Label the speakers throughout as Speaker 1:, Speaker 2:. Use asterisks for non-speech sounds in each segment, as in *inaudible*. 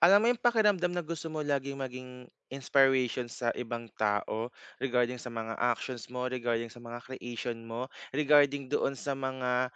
Speaker 1: Alam mo yung pakiramdam na gusto mo laging maging inspiration sa ibang tao regarding sa mga actions mo, regarding sa mga creation mo, regarding doon sa mga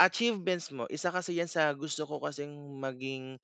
Speaker 1: achievements mo. Isa kasi yan sa gusto ko kasing maging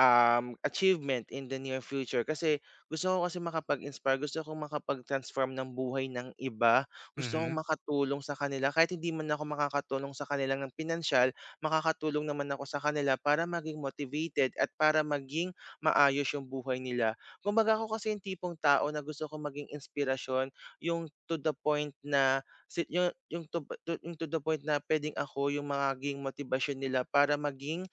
Speaker 1: Achievement in the near future kasi gusto ko kasi makapag-inspire, gusto ko makapag-transform ng buhay ng iba, gusto
Speaker 2: Mhm,
Speaker 1: kong makatulong sa kanila kahit hindi man ako makakatulong sa kanila ng pinansyal, makakatulong naman ako sa kanila para maging motivated at para maging maayos yung buhay nila. Kumbaga ako kasi yung tipong tao na gusto kong maging inspirasyon, yung to the point na si- yung to- yung to the point na pwedeng ako yung maging motivation nila para maging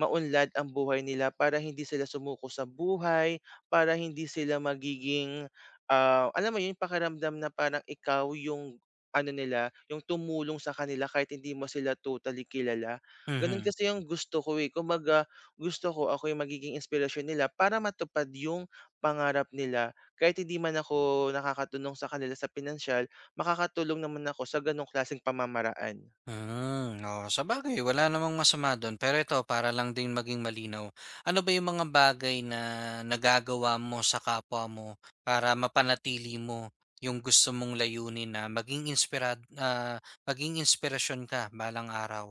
Speaker 1: maunlad ang buhay nila para hindi sila sumuko sa buhay, para hindi sila magiging, alam mo yun, pakaramdam na parang ikaw yung ano nila, yung tumulong sa kanila kahit hindi mo sila totally kilala. Ganun
Speaker 2: mhm.
Speaker 1: kasi yung gusto ko eh. Kumbaga, gusto ko ako yung magiging inspirasyon nila para matupad yung pangarap nila. Kahit hindi man ako nakakatulong sa kanila sa pinansyal, makakatulong naman ako sa ganong klaseng pamamaraan.
Speaker 2: Hmm, oo, sabagay wala namang masama dun. Pero ito para lang din maging malinaw, ano ba yung mga bagay na nagagawa mo sa kapwa mo para mapanatili mo yung gusto mong layunin na maging maging inspirasyon ka balang araw?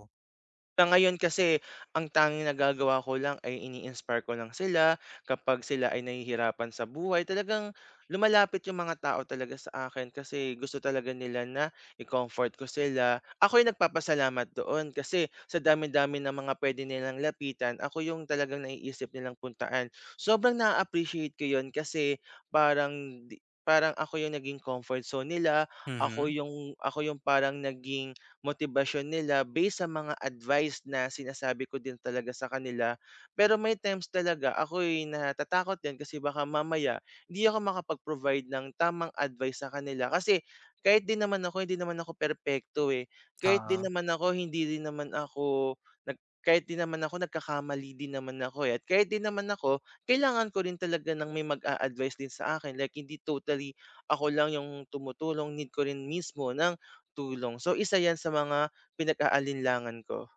Speaker 1: Sa ngayon kasi ang tanging nagagawa ko lang ay ini-inspire ko lang sila kapag sila ay nahihirapan sa buhay. Talagang lumalapit yung mga tao talaga sa akin kasi gusto talaga nila na i-comfort ko sila. Ako yung nagpapasalamat doon kasi sa dami-dami ng mga pwede nilang lapitan, ako yung talagang naiisip nilang puntaan. Sobrang na-appreciate ko yun kasi parang di- parang ako yung naging comfort zone nila, ako
Speaker 2: Mhm,
Speaker 1: yung ako yung parang naging motibasyon nila based sa mga advice na sinasabi ko din talaga sa kanila. Pero may times talaga ako'y natatakot din kasi baka mamaya hindi ako makapag-provide ng tamang advice sa kanila. Kasi kahit din naman ako, hindi naman ako perpekto eh. Kahit din
Speaker 2: oo.
Speaker 1: naman ako, hindi din naman ako nag Kahit din naman ako, nagkakamali din naman ako eh. At kahit din naman ako, kailangan ko rin talaga ng may mag-a-advise din sa akin. Like, hindi totally ako lang yung tumutulong. Need ko rin mismo ng tulong. So isa 'yan sa mga pinag-aalinlangan ko.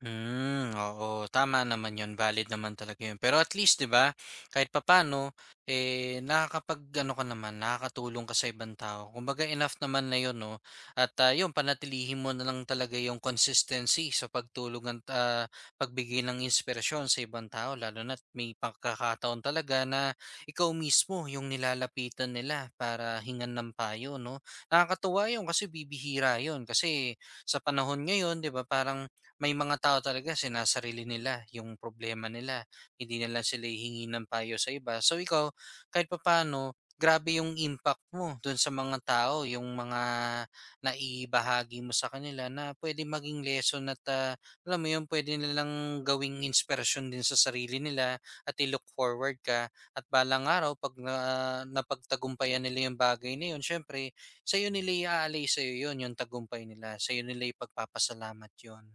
Speaker 2: Hmm, oo, tama naman 'yun, valid naman talaga 'yun. Pero at least 'di ba, kahit papaano, eh, nakakatulong ka sa ibang tao. Kumbaga enough naman na 'yun 'no, 'yun panatilihin mo na lang talaga yung consistency sa pagtulong pagbigay ng inspirasyon sa ibang tao lalo na't may pagkakataon talaga na ikaw mismo yung nilalapitan nila para hingan ng payo 'no. Nakakatuwa 'yun kasi bibihira 'yun, kasi sa panahon ngayon 'di ba, parang may mga tao talaga sinasarili nila yung problema nila. Hindi nila lang sila hihingi ng payo sa iba. So ikaw, kahit papaano, grabe yung impact mo dun sa mga tao, yung mga naibahagi mo sa kanila na pwede maging lesson alam mo yun, pwede nilang gawing inspiration din sa sarili nila at i-look forward ka at balang araw napagtagumpayan nila yung bagay na yun, syempre, sa'yo yun, yung tagumpay nila, sa'yo nila ipagpapasalamat yun.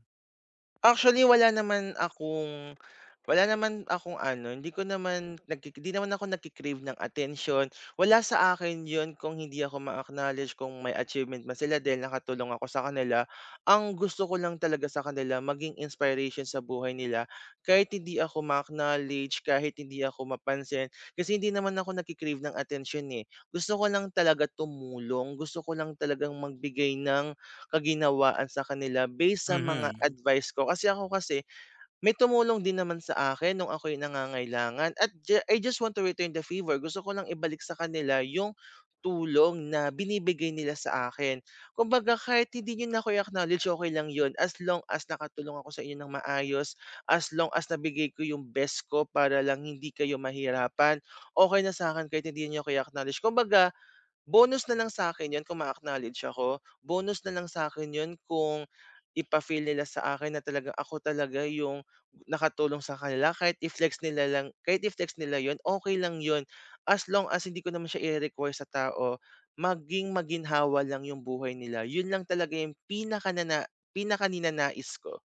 Speaker 1: Actually wala naman akong ano, hindi naman ako nagki-crave ng attention. Wala sa akin yon kung hindi ako ma-acknowledge kung may achievement man sila dahil nakatulong ako sa kanila. Ang gusto ko lang talaga sa kanila maging inspiration sa buhay nila kahit hindi ako ma-acknowledge, kahit hindi ako mapansin. Kasi hindi naman ako nagki-crave ng attention eh. Gusto ko lang talaga tumulong, gusto ko lang talagang magbigay ng kaginawaan sa kanila based sa mga
Speaker 2: Mhm,
Speaker 1: advice ko. Kasi ako kasi, may tumulong din naman sa akin nung ako'y nangangailangan at I just want to return the favor. Gusto ko lang ibalik sa kanila yung tulong na binibigay nila sa akin. Kumbaga kahit hindi nyo na ako i-acknowledge, okey lang yun as long as nakatulong ako sa inyo ng maayos, as long as nabigay ko yung best ko para lang hindi kayo mahirapan, okay na sa'kin kahit hindi niyo ako i-acknowledge. Kumbaga bonus na lang sa akin 'yun kung ma-acknowledge ako, bonus na lang sa akin 'yun kung ipa-feel nila sa akin na talaga ako talaga yung nakatulong sa kanila kahit i-flex nila 'yun, okay lang 'yun. As long as hindi ko naman siya ire-require sa tao, maging maginhawa lang yung buhay nila, 'yun lang talaga yung pinakaninanais ko.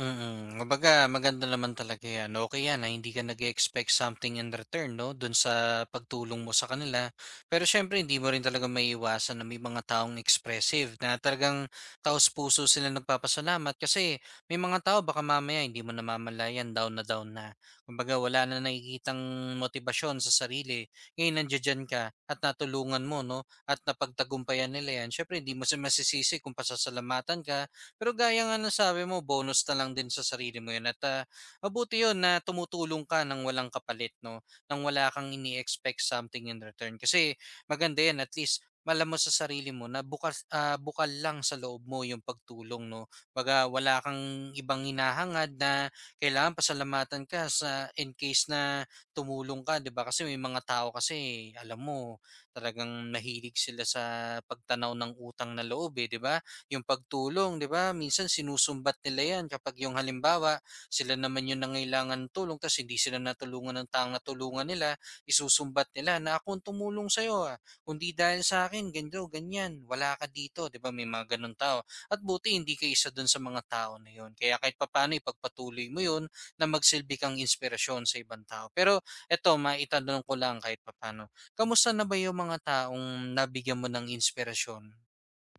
Speaker 2: mm. Kumbaga maganda naman talaga 'yan. Okay 'yan na hindi ka nag expect something in return 'no, do'n sa pagtulong mo sa kanila. Pero syempre hindi mo rin talaga maiiwasan na may mga taong expressive na talagang taos-puso sila nagpapasalamat kasi may mga tao baka mamaya hindi mo namamalayan down na down na. Kumbaga wala na nakikitang motibasyon sa sarili, ngayon nandiya ka at natulungan mo 'no, at napagtagumpayan nila 'yan. Syempre hindi mo si masisisi kung pasasalamatan ka. Pero gaya nga ng sabi mo, bonus na lang din sa sarili mo 'yun mabuti 'yun na tumutulong ka ng walang kapalit 'no, nang wala kang ini-expect something in return. Kasi maganda 'yan at least alam mo sa sarili mo na bukal lang sa loob mo 'yung pagtulong 'no. Kumbaga wala kang ibang hinahangad na kailangan pasalamatan ka sa in case na tumulong ka, 'di ba? Kasi may mga tao kasi alam mo talagang mahilig sila sa pagtanaw ng utang na loob, eh, 'di ba? Yung pagtulong, 'di ba? Minsan sinusumbat nila 'yan kapag yung halimbawa, sila naman yung nangailangan ng tulong tapos hindi sila natulungan ng taong natulungan nila, isusumbat nila na ako ang tumulong sa iyo, kundi dahil sa'kin ganito, ganyan, wala ka dito, 'di ba? May mga gano'ng tao at buti hindi ka isa do'n sa mga tao na 'yon. Kaya kahit papaano ipagpatuloy mo 'yon na magsilbi kang inspirasyon sa ibang tao. Pero eto, maitanong ko lang kahit papaano, kamusta na ba yung mga taong nabigyan mo ng inspirasyon?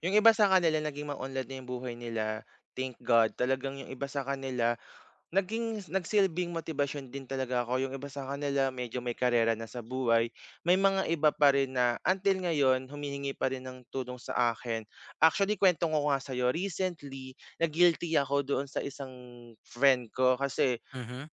Speaker 1: Yung iba sa kanila naging ma-onlad na yung buhay nila, thank God. Talagang yung iba sa kanila naging nagsilbing motibasyon din talaga ako, yung iba sa kanila medyo may karera na sa buhay, may mga iba pa rin na until ngayon humihingi pa rin ng tulong sa akin. Actually kwento ko nga sa'yo recently na guilty ako doon sa isang friend ko kasi
Speaker 2: Mhm,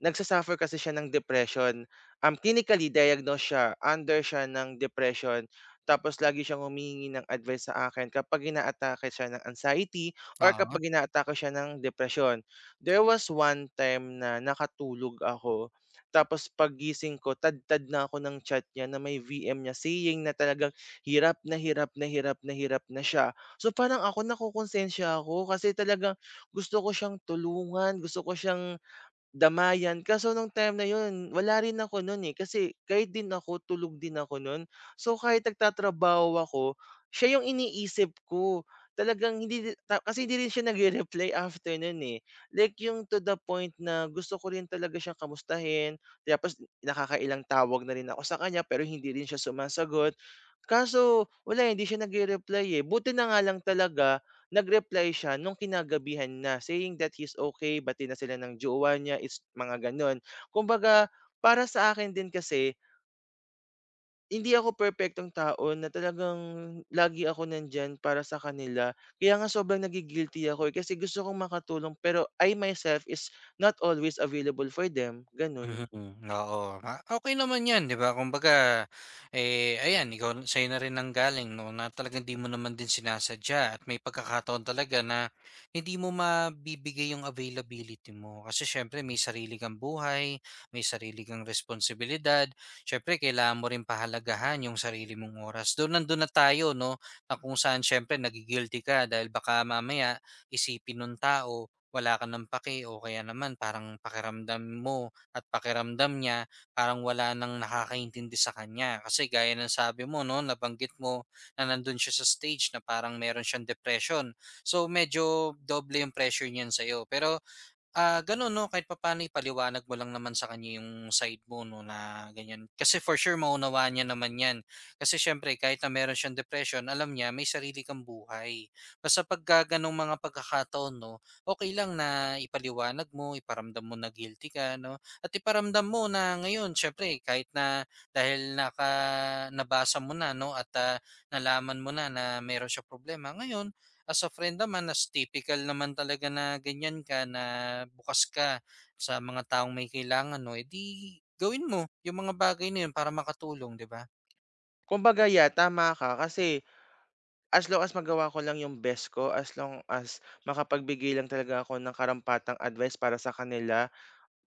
Speaker 1: nagsasuffer kasi siya ng depression. Clinically diagnosed siya, under siya ng depression, tapos lagi siyang humihingi ng advice sa akin kapag inaatake siya ng anxiety or
Speaker 2: oo.
Speaker 1: kapag inaatake siya ng depression. There was one time na nakatulog ako, tapos paggising ko tad-tad na ako ng chat niya na may VM niya saying na talagang hirap na siya. So parang nakokonsensya ako kasi talagang gusto ko siyang tulungan, gusto ko siyang damayan, kaso nung time na yun wala rin ako nun, eh, kasi guide din ako, tulog din ako nun. So, kahit nagtatrabaho ako, siya yung iniisip ko. Talagang hindi di ta kasi hindi rin siya nagre-reply after nun, eh. Like yung to the point na gusto ko rin talaga siyang kamustahin, tapos nakakailang tawag na rin ako sa kanya pero hindi rin siya sumasagot. Kaso wala, eh, hindi siya nagre-reply, eh. Buti na nga lang talaga nag-reply siya nung kinagabihan na, saying that he's okay, bati na sila ng jowa niya, is mga gano'n. Kumbaga, para sa akin din kasi, hindi ako perpektong tao na talagang lagi ako nandiyan para sa kanila. Kaya nga sobrang nagigilty ako eh, kasi gusto kong makatulong pero I myself is not always available for them, gano'n.
Speaker 2: Mhm, oo. Ah, okay naman 'yan, 'di ba? Kumbaga, eh, ayan ikaw sa'yo na rin nanggaling 'no, na talagang di mo naman din sinasadya at may pagkakataon talaga na hindi mo mabibigay yung availability mo. Kasi siyempre may sarili kang buhay, may sarili kang responsibilidad, siyempre kailangan mo rin pahalagahan yung sarili mong oras. Doon nandun na tayo 'no, na kung saan siyempre nagi-guilty ka dahil baka mamaya isipin nung tao wala ka ng pake o kaya naman parang pakiramdam mo at pakiramdam niya parang wala nang nakakaintindi sa kanya. Kasi gaya ng sabi mo, no, nabanggit mo na nandun siya sa stage na parang meron siyang depression. So medyo doble yung pressure niyan sa'yo. Pero gano'n 'no, kahit papaano ipaliwanag mo lang naman sa kanya yung side mo 'no, na ganyan. Kasi for sure maunawaan niya naman 'yan. Kasi siyempre kahit na meron siyang depression, alam niya may sarili kang buhay. Basta pagka gano'ng mga pagkakataon 'no, okey lang na ipaliwanag mo, iparamdam mo na guilty ka 'no, at iparamdam mo na ngayon siyempre kahit na dahil nabasa mo na 'no, nalaman mo na na meron siyang problema, ngayon as a friend naman, as typical naman talaga na ganyan ka, na bukas ka sa mga taong may kailangan no edi gawin mo yung mga bagay na yun para makatulong, 'di ba?
Speaker 1: Kumbaga, yeah, tama ka kasi as long as magawa ko lang yung best ko, as long as makapagbigay lang talaga ako ng karampatang advice para sa kanila,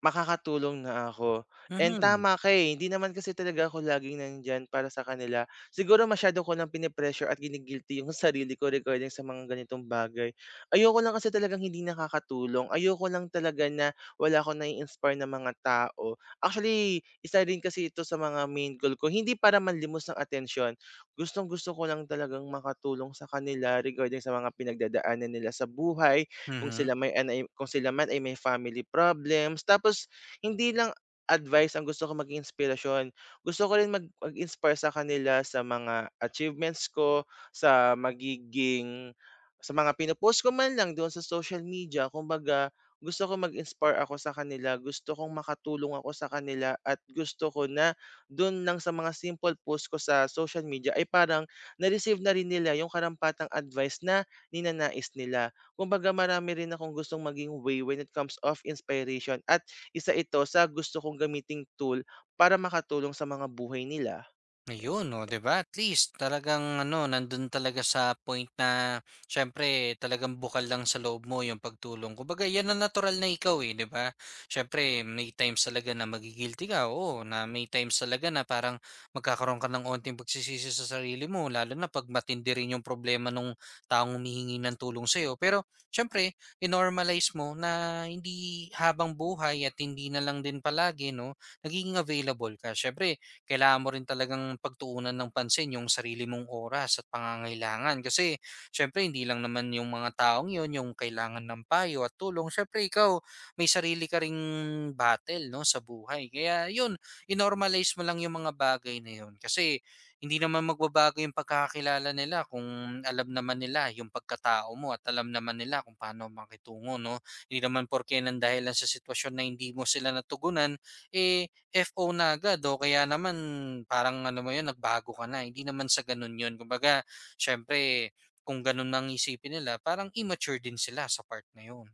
Speaker 1: makakatulong na ako, and
Speaker 2: Mhm,
Speaker 1: tama ka, eh, hindi naman kasi talaga ako laging nandiyan para sa kanila. Siguro masyado ko lang pinipressure at yung *laughs* sarili ko regarding sa mga ganitong bagay. Ayoko lang kasi talagang hindi nakakatulong, ayoko lang talaga na wala akong nai-inspire na mga tao. Actually, isa rin kasi ito sa mga main goal ko, hindi para manlimos ng atensyon. Gustong-gusto ko lang talagang makatulong sa kanila regarding sa mga pinagdadaanan nila sa buhay kung
Speaker 2: mhm.
Speaker 1: sila may ano, ay kung sila man ay may family problems. Tapos hindi lang advice ang gusto ko maging inspirasyon. Gusto ko rin mag-inspire sa kanila sa mga achievements ko, sa magiging sa mga pino ko man lang doon sa social media. Kumbaga, gusto ko mag-inspire ako sa kanila, gusto kong makatulong ako sa kanila at gusto ko na doon lang sa mga simple post ko sa social media ay parang na-receive na rin nila yung karampatang advice na ninanais nila. Kumbaga marami rin akong gustong maging way when it comes of inspiration at isa ito sa gusto kong gamiting tool para makatulong sa mga buhay nila.
Speaker 2: Ayun, no 'di ba? At least talagang ano, nandun talaga sa point na siyempre talagang bukal lang sa loob mo yung pagtulong. Kumbaga, yan ang natural na ikaw eh, 'di ba? Siyempre, may times talaga na magigilty ka, oo, na may times talaga na parang magkakaroon ka ng onting pagsisisi sa sarili mo, lalo na pag matindi rin yung problema nung taong humihingi ng tulong sa'yo. Pero, siyempre, normalize mo na hindi habang buhay at hindi na lang din palagi, no, nagiging available ka. Siyempre, kailangan mo rin talagang pagtuunan ng pansin yung sarili mong oras at pangangailangan. Kasi syempre hindi lang naman yung mga taong yun yung kailangan ng payo at tulong. Syempre ikaw may sarili ka ring battle no sa buhay. Kaya yun, inormalize mo lang yung mga bagay na yun kasi hindi naman magbabago yung pagkakakilala nila kung alam naman nila yung pagkatao mo at alam naman nila kung paano makitungo no. Hindi naman porke nang dahilan sa sitwasyon na hindi mo sila natugunan eh FO na agad o kaya naman parang ano mo 'yun, nagbago ka na, hindi naman sa gano'n 'yun. Kumbaga siyempre kung gano'n ang isipin nila parang immature din sila sa part na 'yun.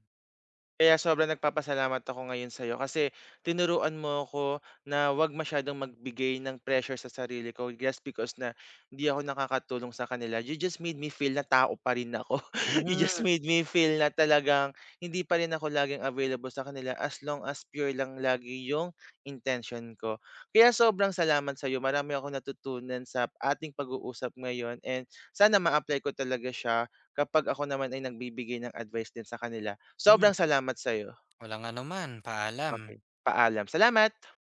Speaker 1: Kaya sobrang nagpapasalamat ako ngayon sa'yo kasi tinuruan mo ako na 'wag masyadong magbigay ng pressure sa sarili ko just because na hindi ako nakakatulong sa kanila. You just made me feel na tao pa rin ako. *laughs* You
Speaker 2: Mhm,
Speaker 1: just made me feel na talagang hindi pa rin ako laging available sa kanila as long as pure lang lagi yung intention ko. Kaya sobrang salamat sa'yo. Marami akong natutunan sa ating pag-uusap ngayon and sana ma-apply ko talaga siya kapag ako naman ay nagbibigay ng advice din sa kanila.
Speaker 2: hmm.
Speaker 1: Sobrang salamat sa'yo.
Speaker 2: Walang ano man, paalam.
Speaker 1: Okey, paalam. Salamat.